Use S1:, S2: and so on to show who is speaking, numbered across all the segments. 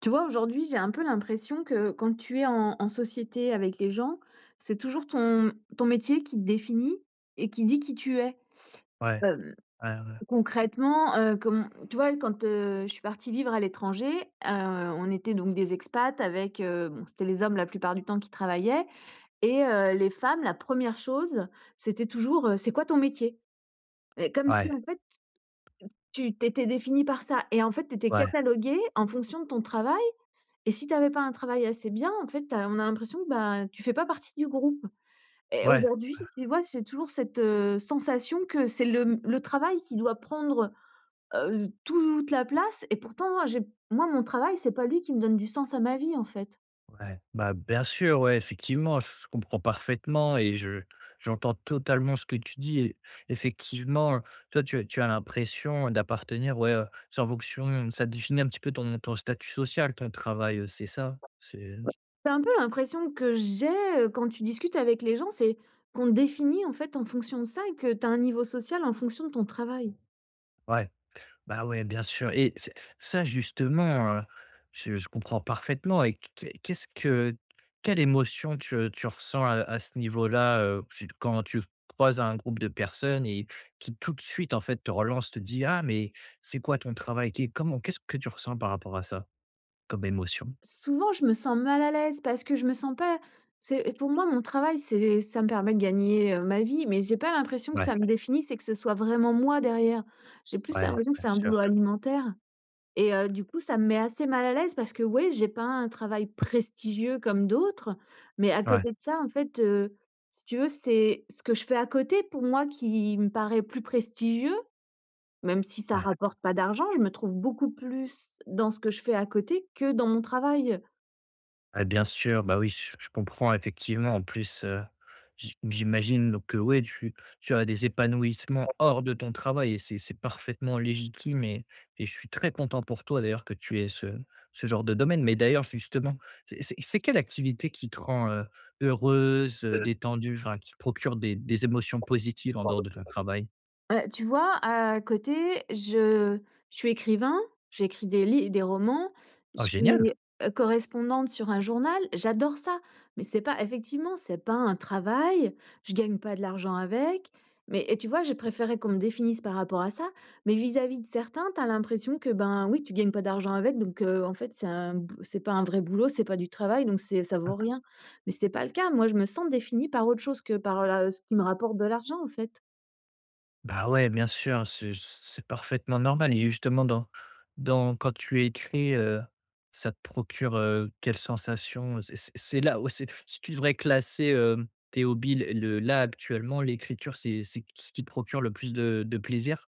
S1: Tu vois, aujourd'hui, j'ai un peu l'impression que quand tu es en société avec les gens, c'est toujours ton métier qui te définit et qui dit qui tu es.
S2: Ouais,
S1: Euh,
S2: ouais, ouais,
S1: Concrètement, comme, tu vois, quand je suis partie vivre à l'étranger, on était donc des expats avec, bon, c'était les hommes la plupart du temps qui travaillaient, et les femmes, la première chose, c'était toujours c'est quoi ton métier? Et comme si
S2: ouais,
S1: en fait tu t'étais définie par ça. Et en fait, tu étais
S2: ouais,
S1: cataloguée en fonction de ton travail. Et si tu avais pas un travail assez bien, en fait, tu as on a l'impression que, bah, tu fais pas partie du groupe et
S2: ouais,
S1: aujourd'hui, tu vois, j'ai toujours cette, sensation que c'est le travail qui doit prendre, toute la place et pourtant j'ai moi, mon travail, c'est pas lui qui me donne du sens à ma vie, en fait.
S2: ouais. Bah, bien sûr, ouais, effectivement, je comprends parfaitement et je j'entends totalement ce que tu dis et effectivement, toi, tu as l'impression d'appartenir, ouais, sans fonction ça définit un petit peu ton statut social, ton travail, c'est ça? C'est
S1: C'est un peu l'impression que j'ai, quand tu discutes avec les gens, c'est qu'on te définit, en fait, en fonction de ça et que tu as un niveau social en fonction de ton travail.
S2: ouais. Bah, ouais, bien sûr et c'est ça justement, je comprends parfaitement et qu'est-ce que quelle émotion tu ressens à ce niveau-là, tu quand tu croises un groupe de personnes et qui tout de suite, en fait, te relance, te dit: «Ah mais c'est quoi ton travail? Qu'est comment?» qu'est-ce que tu ressens par rapport à ça comme émotion?
S1: Souvent, je me sens mal à l'aise parce que je me sens pas c'est pour moi, c'est ça me permet de gagner, ma vie, mais j'ai pas l'impression que
S2: Ouais,
S1: ça me définisse et que ce soit vraiment moi derrière. J'ai plus
S2: ouais,
S1: l'impression que
S2: bien
S1: c'est un boulot
S2: sûr.
S1: alimentaire et du coup, ça me met assez mal à l'aise parce que, ouais, j'ai pas un travail prestigieux comme d'autres, mais à
S2: Ouais,
S1: côté de ça, en fait, si tu veux, c'est ce que je fais à côté pour moi qui me paraît plus prestigieux, même si ça
S2: ouais.
S1: rapporte pas d'argent, je me trouve beaucoup plus dans ce que je fais à côté que dans mon travail.
S2: Ah bien sûr, bah oui, je comprends effectivement. En plus, j'imagine donc que ouais, tu as des épanouissements hors de ton travail et c'est parfaitement légitime et je suis très content pour toi d'ailleurs que tu aies ce genre de domaine. Mais d'ailleurs justement, c'est quelle activité qui te rend, heureuse, détendue, enfin qui te procure des émotions positives en dehors de ton travail?
S1: Tu vois, à côté, je suis écrivain, j'écris des romans, je
S2: Oh génial!
S1: suis, correspondante sur un journal, j'adore ça, mais c'est pas effectivement, c'est pas un travail, je gagne pas de l'argent avec, tu vois, j'ai préféré qu'on me définisse par rapport à ça, mais vis-à-vis de certains, tu as l'impression que, ben, oui, tu gagnes pas d'argent avec, donc en fait, c'est pas un vrai boulot, c'est pas du travail, donc c'est ça vaut rien, mais c'est pas le cas. Moi, je me sens définie par autre chose que par la ce qui me rapporte de l'argent, en fait.
S2: Bah, ouais, bien sûr, c'est parfaitement normal et justement dans quand tu écris, ça te procure, quelle sensation? C'est là où c'est si tu devrais classer, tes hobbies, là, actuellement, l'écriture, c'est ce qui te procure le plus de plaisir?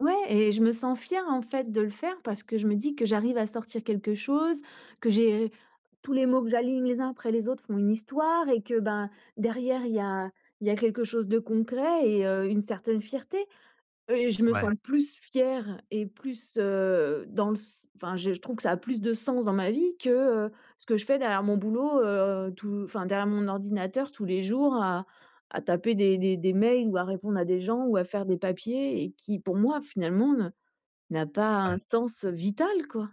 S1: Ouais et je me sens fière, en fait, de le faire parce que je me dis que j'arrive à sortir quelque chose, que j'ai tous les mots que j'aligne les uns après les autres font une histoire et que, ben, derrière il y a quelque chose de concret et une certaine fierté. Et je me sens
S2: Ouais,
S1: plus fière et plus, dans le s enfin, je trouve que ça a plus de sens dans ma vie que, heu, ce que je fais derrière mon boulot, tout enfin, derrière mon ordinateur tous les jours à taper des mails ou à répondre à des gens ou à faire des papiers et qui, pour moi, finalement, ne n'a pas
S2: ouais.
S1: un sens vital, quoi.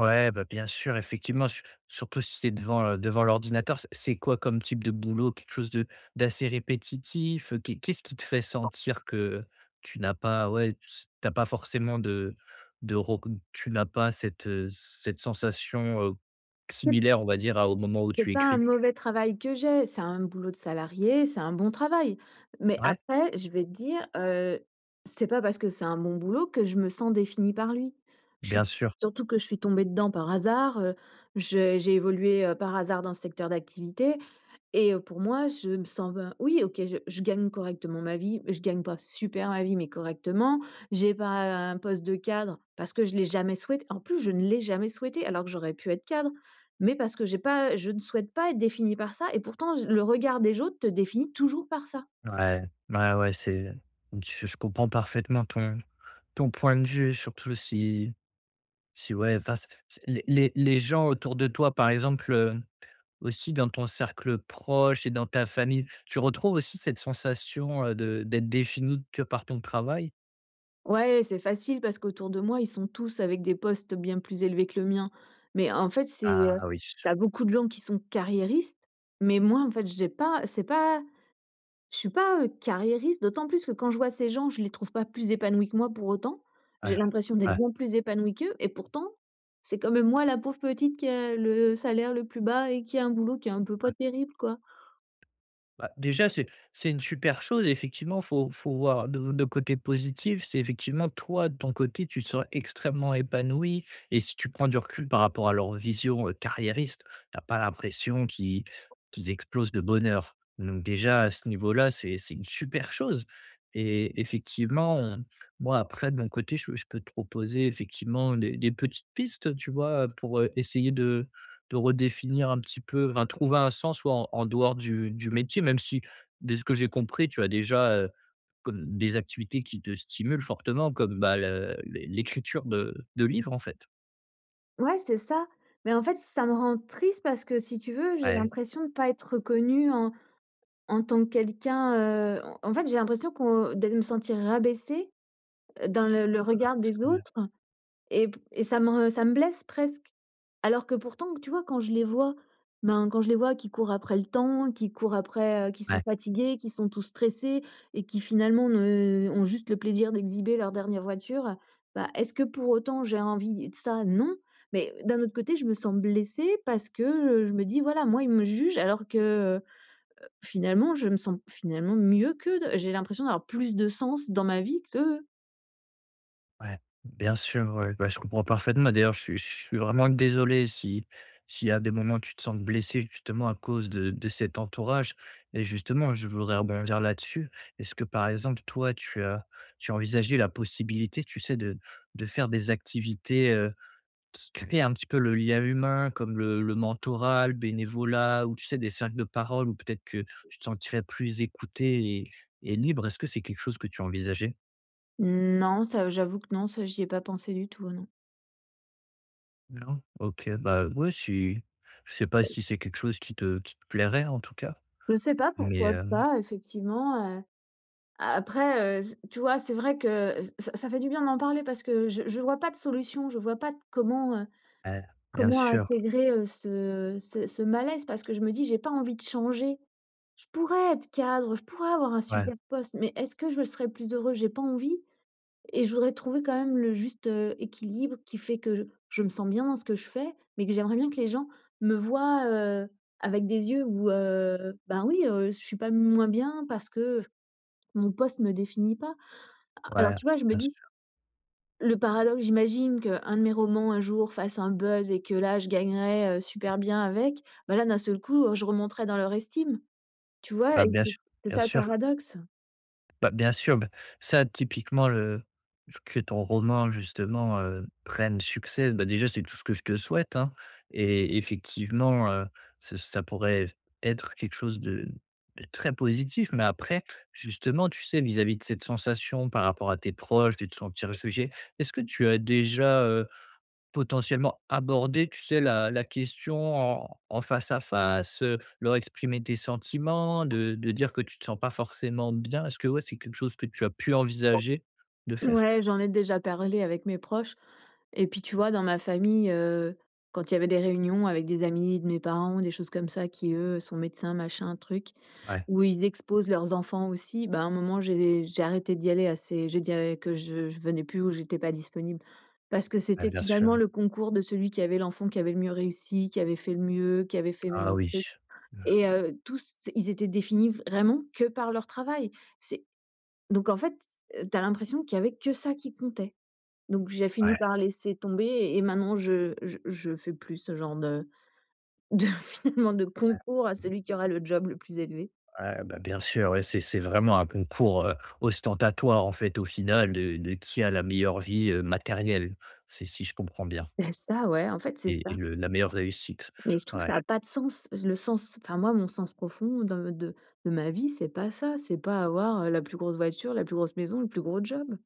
S2: Ouais, bah, bien sûr, effectivement, su surtout si c'est devant, devant l'ordinateur. C'est quoi comme type de boulot? Quelque chose de d'assez répétitif? Qu'est-ce qui te fait sentir que tu n'as pas ouais, s tu as pas forcément de rec tu n'as pas cette, cette sensation, similaire, on va dire, à au moment où
S1: C'est
S2: tu
S1: pas un
S2: écris?
S1: mauvais travail que j'ai, c'est un boulot de salarié, c'est un bon travail. Mais
S2: Ouais,
S1: après, je vais te dire, c'est pas parce que c'est un bon boulot que je me sens définie par lui. Je suis
S2: bien sûr.
S1: Surtout que je suis tombée dedans par hasard, je j'ai évolué, par hasard dans ce secteur d'activité. Et pour moi, je me sens ben oui, OK, je gagne correctement ma vie. Je gagne pas super ma vie, mais correctement. J'ai pas un poste de cadre parce que je l'ai jamais souhaité. En plus, je ne l'ai jamais souhaité alors que j'aurais pu être cadre, mais parce que j'ai pas je ne souhaite pas être définie par ça et pourtant j le regard des autres te définit toujours par ça.
S2: Ouais, ouais, ouais, c'est je comprends parfaitement ton point de vue, surtout si ouais, enfin, c les gens autour de toi, par exemple, heu. Aussi dans ton cercle proche et dans ta famille, tu retrouves aussi cette sensation, de d'être défini que par ton travail?
S1: Ouais, c'est facile parce qu'autour de moi, ils sont tous avec des postes bien plus élevés que le mien, mais en fait, c'est,
S2: Ah oui.
S1: tu beaucoup de gens qui sont carriéristes, mais moi, en fait, j'ai pas c'est pas je suis pas, carriériste, d'autant plus que quand je vois ces gens, je les trouve pas plus épanouis que moi pour autant.
S2: Ouais.
S1: J'ai l'impression d'être
S2: Ouais.
S1: bien plus épanouie qu'eux et pourtant, c'est quand même moi la pauvre petite qui a le salaire le plus bas et qui a un boulot qui est un peu pas terrible, quoi.
S2: Bah, déjà, c'est une super chose. Effectivement, faut voir de côté positif. C'est effectivement, toi, de ton côté, tu te sens extrêmement épanoui et si tu prends du recul par rapport à leur vision, carriériste, tu as pas l'impression qu'ils explosent de bonheur. Donc déjà, à ce niveau-là, c'est une super chose et effectivement, moi, après, de mon côté, je peux te proposer effectivement des petites pistes, tu vois? Pour, essayer de redéfinir un petit peu, enfin trouver un sens, ouais, en dehors du métier, même si, de ce que j'ai compris, tu as déjà, comme des activités qui te stimulent fortement comme, bah, le l'écriture de livres, en fait?
S1: Ouais, c'est ça, mais en fait, ça me rend triste parce que si tu veux, j'ai
S2: Ouais,
S1: l'impression de ne pas être reconnue en tant que quelqu'un, en fait, j'ai l'impression qu'on de me sentir rabaissée, dans le regard des autres. Et ça me blesse presque. Alors que pourtant, tu vois, quand je les vois, ben, quand je les vois qui courent après le temps, qui courent après, qui sont
S2: ouais.
S1: fatigués, qui sont tous stressés et qui finalement ne ont juste le plaisir d'exhiber leur dernière voiture, bah, est-ce que pour autant j'ai envie de ça? Non. Mais d'un autre côté, je me sens blessée parce que, je me dis: «Voilà, moi, ils me jugent» alors que, heu, finalement, je me sens finalement mieux qu'eux, j'ai l'impression d'avoir plus de sens dans ma vie que…
S2: Ouais, bien sûr, ouais, bah, je comprends parfaitement. D'ailleurs, je suis vraiment désolé si s'il y a des moments où tu te sens blessé justement à cause de cet entourage et justement, je voudrais rebondir là-dessus. Est-ce que par exemple, toi, tu as envisagé la possibilité, tu sais, de faire des activités, qui créent un petit peu le lien humain comme le mentorat, le bénévolat ou tu sais des cercles de parole ou peut-être que tu te sentirais plus écouté et libre? Est-ce que c'est quelque chose que tu as envisagé?
S1: Non, ça j'avoue que non, ça j'y ai pas pensé du tout, non.
S2: Non? OK, bah, ouais, si je sais pas si c'est quelque chose qui te plairait en tout cas,
S1: Je sais pas,
S2: mais,
S1: pourquoi pas, effectivement, après, c tu vois, c'est vrai que ç ça ça fait du bien d'en parler parce que je vois pas de solution, je vois pas de comment,
S2: ouais, bien
S1: comment
S2: sûr,
S1: intégrer, ce malaise parce que je me dis: «J'ai pas envie de changer. Je pourrais être cadre, je pourrais avoir un
S2: ouais,
S1: super poste, mais est-ce que je serais plus heureux? J'ai pas envie». Et je voudrais trouver quand même le juste, équilibre qui fait que je me sens bien dans ce que je fais, mais que j'aimerais bien que les gens me voient, avec des yeux où, ben, oui, je suis pas moins bien parce que mon poste me définit pas. Alors,
S2: ouais,
S1: tu vois, je me
S2: bien
S1: dis,
S2: sûr,
S1: le paradoxe, j'imagine qu'un de mes romans, un jour, fasse un buzz et que là, je gagnerais, super bien avec. Ben là, d'un seul coup, je remonterais dans leur estime, tu vois?
S2: bah,
S1: Et
S2: bien
S1: c'est
S2: sûr,
S1: c'est
S2: bien
S1: ça le
S2: sûr.
S1: paradoxe.
S2: Bah, bien sûr, bah, ça typiquement le que ton roman justement, prenne succès, bah, déjà c'est tout ce que je te souhaite, hein, et effectivement, ce ça pourrait être quelque chose de très positif. Mais après, justement, tu sais, vis-à-vis de cette sensation par rapport à tes proches, de te sentir jugé, est-ce que tu as déjà, potentiellement aborder, tu sais, la question en face à face, leur exprimer tes sentiments, de dire que tu te sens pas forcément bien. Est-ce que, ouais, c'est quelque chose que tu as pu envisager de faire?
S1: Ouais, j'en ai déjà parlé avec mes proches et puis tu vois, dans ma famille, quand il y avait des réunions avec des amis de mes parents, des choses comme ça qui, eux, sont médecins, machin, truc,
S2: Ouais,
S1: où ils exposent leurs enfants aussi. Bah, à un moment, j'ai arrêté d'y aller, assez, j'ai dit à que je venais plus ou j'étais pas disponible. Parce que
S2: ouais,
S1: c'était
S2: bien sûr.
S1: finalement le concours de celui qui avait l'enfant qui avait le mieux réussi, qui avait fait le mieux, qui avait fait…
S2: Ah oui. Mmh.
S1: et tous, ils étaient définis vraiment que par leur travail. C'est Donc en fait, tu as l'impression qu'il y avait que ça qui comptait. Donc j'ai fini, ouais,
S2: Ouais,
S1: par laisser tomber et maintenant je fais plus ce genre de finalement de concours à celui qui aura le job le plus élevé.
S2: ouais, bah, bien sûr, ouais, c'est vraiment un concours, ostentatoire, en fait, au final, de qui a la meilleure vie, matérielle. C'est si je comprends bien
S1: Bah, ça, ouais, en fait, c'est
S2: et
S1: ça.
S2: le la meilleure réussite.
S1: Mais je trouve que
S2: Ouais.
S1: ça a pas de sens. Le sens Enfin moi, mon sens profond dans de ma vie, c'est pas ça, c'est pas avoir, la plus grosse voiture, la plus grosse maison, le plus gros job.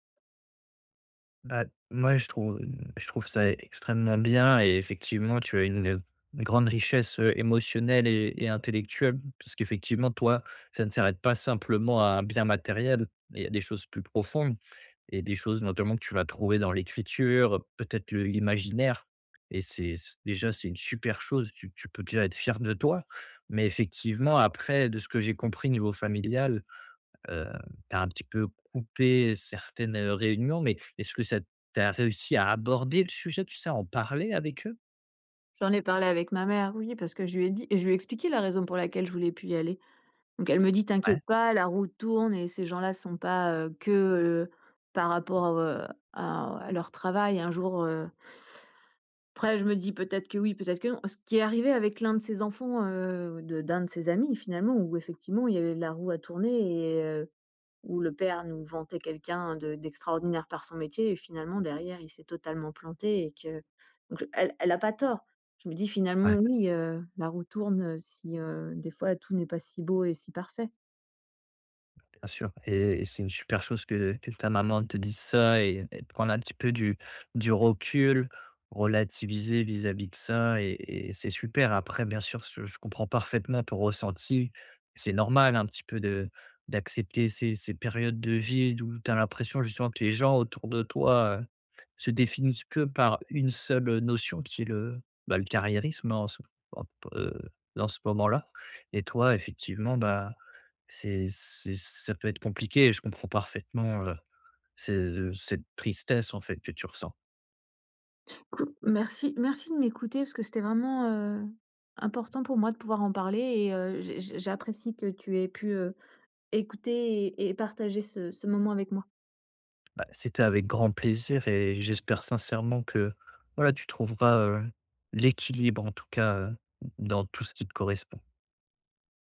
S2: Bah, moi, je trouve ça extrêmement bien et effectivement, tu as une, grande richesse, émotionnelle et intellectuelle parce qu'effectivement, toi, ça ne s'arrête pas simplement à un bien matériel. Il y a des choses plus profondes et des choses notamment que tu vas trouver dans l'écriture, peut-être le l'imaginaire et c'est c déjà, c'est une super chose. Tu peux déjà être fier de toi, mais effectivement après, de ce que j'ai compris niveau familial, heu, tu as un petit peu coupé certaines, réunions, mais est-ce que ça tu as réussi à aborder le sujet, tu sais, à en parler avec eux?
S1: J'en ai parlé avec ma mère, oui, parce que je lui ai dit et je lui ai expliqué la raison pour laquelle je voulais plus y aller. Donc elle me dit: «T'inquiète
S2: Ouais,
S1: pas, la roue tourne et ces gens-là sont pas, que, par rapport, à leur travail un jour,» après je me dis: «Peut-être que oui, peut-être que non». Ce qui est arrivé avec l'un de ses enfants, de d'un de ses amis, finalement où effectivement il y avait la roue a tourné et où le père nous vantait quelqu'un de d'extraordinaire par son métier et finalement derrière, il s'est totalement planté et que donc elle, elle a pas tort. Je me dis
S2: ouais.
S1: finalement oui, la roue tourne, si, des fois tout n'est pas si beau et si parfait.
S2: Bien sûr et c'est une super chose que ta maman te dise ça et de prendre un petit peu du recul, relativiser vis-à-vis de ça et c'est super. Après bien sûr, je comprends parfaitement ton ressenti. C'est normal un petit peu de d'accepter ces périodes de vie où tu as l'impression justement que les gens autour de toi, se définissent que par une seule, notion qui est le, bah, le carriérisme en ce en, heu, dans ce moment-là et toi effectivement, bah c'est ça peut être compliqué et je comprends parfaitement, ces, cette tristesse, en fait, que tu ressens.
S1: Merci, de m'écouter parce que c'était vraiment, important pour moi de pouvoir en parler et j'apprécie que tu aies pu, écouter et partager ce moment avec moi.
S2: Bah, c'était avec grand plaisir et j'espère sincèrement que, voilà, tu trouveras, l'équilibre en tout cas, dans tout ce qui te correspond.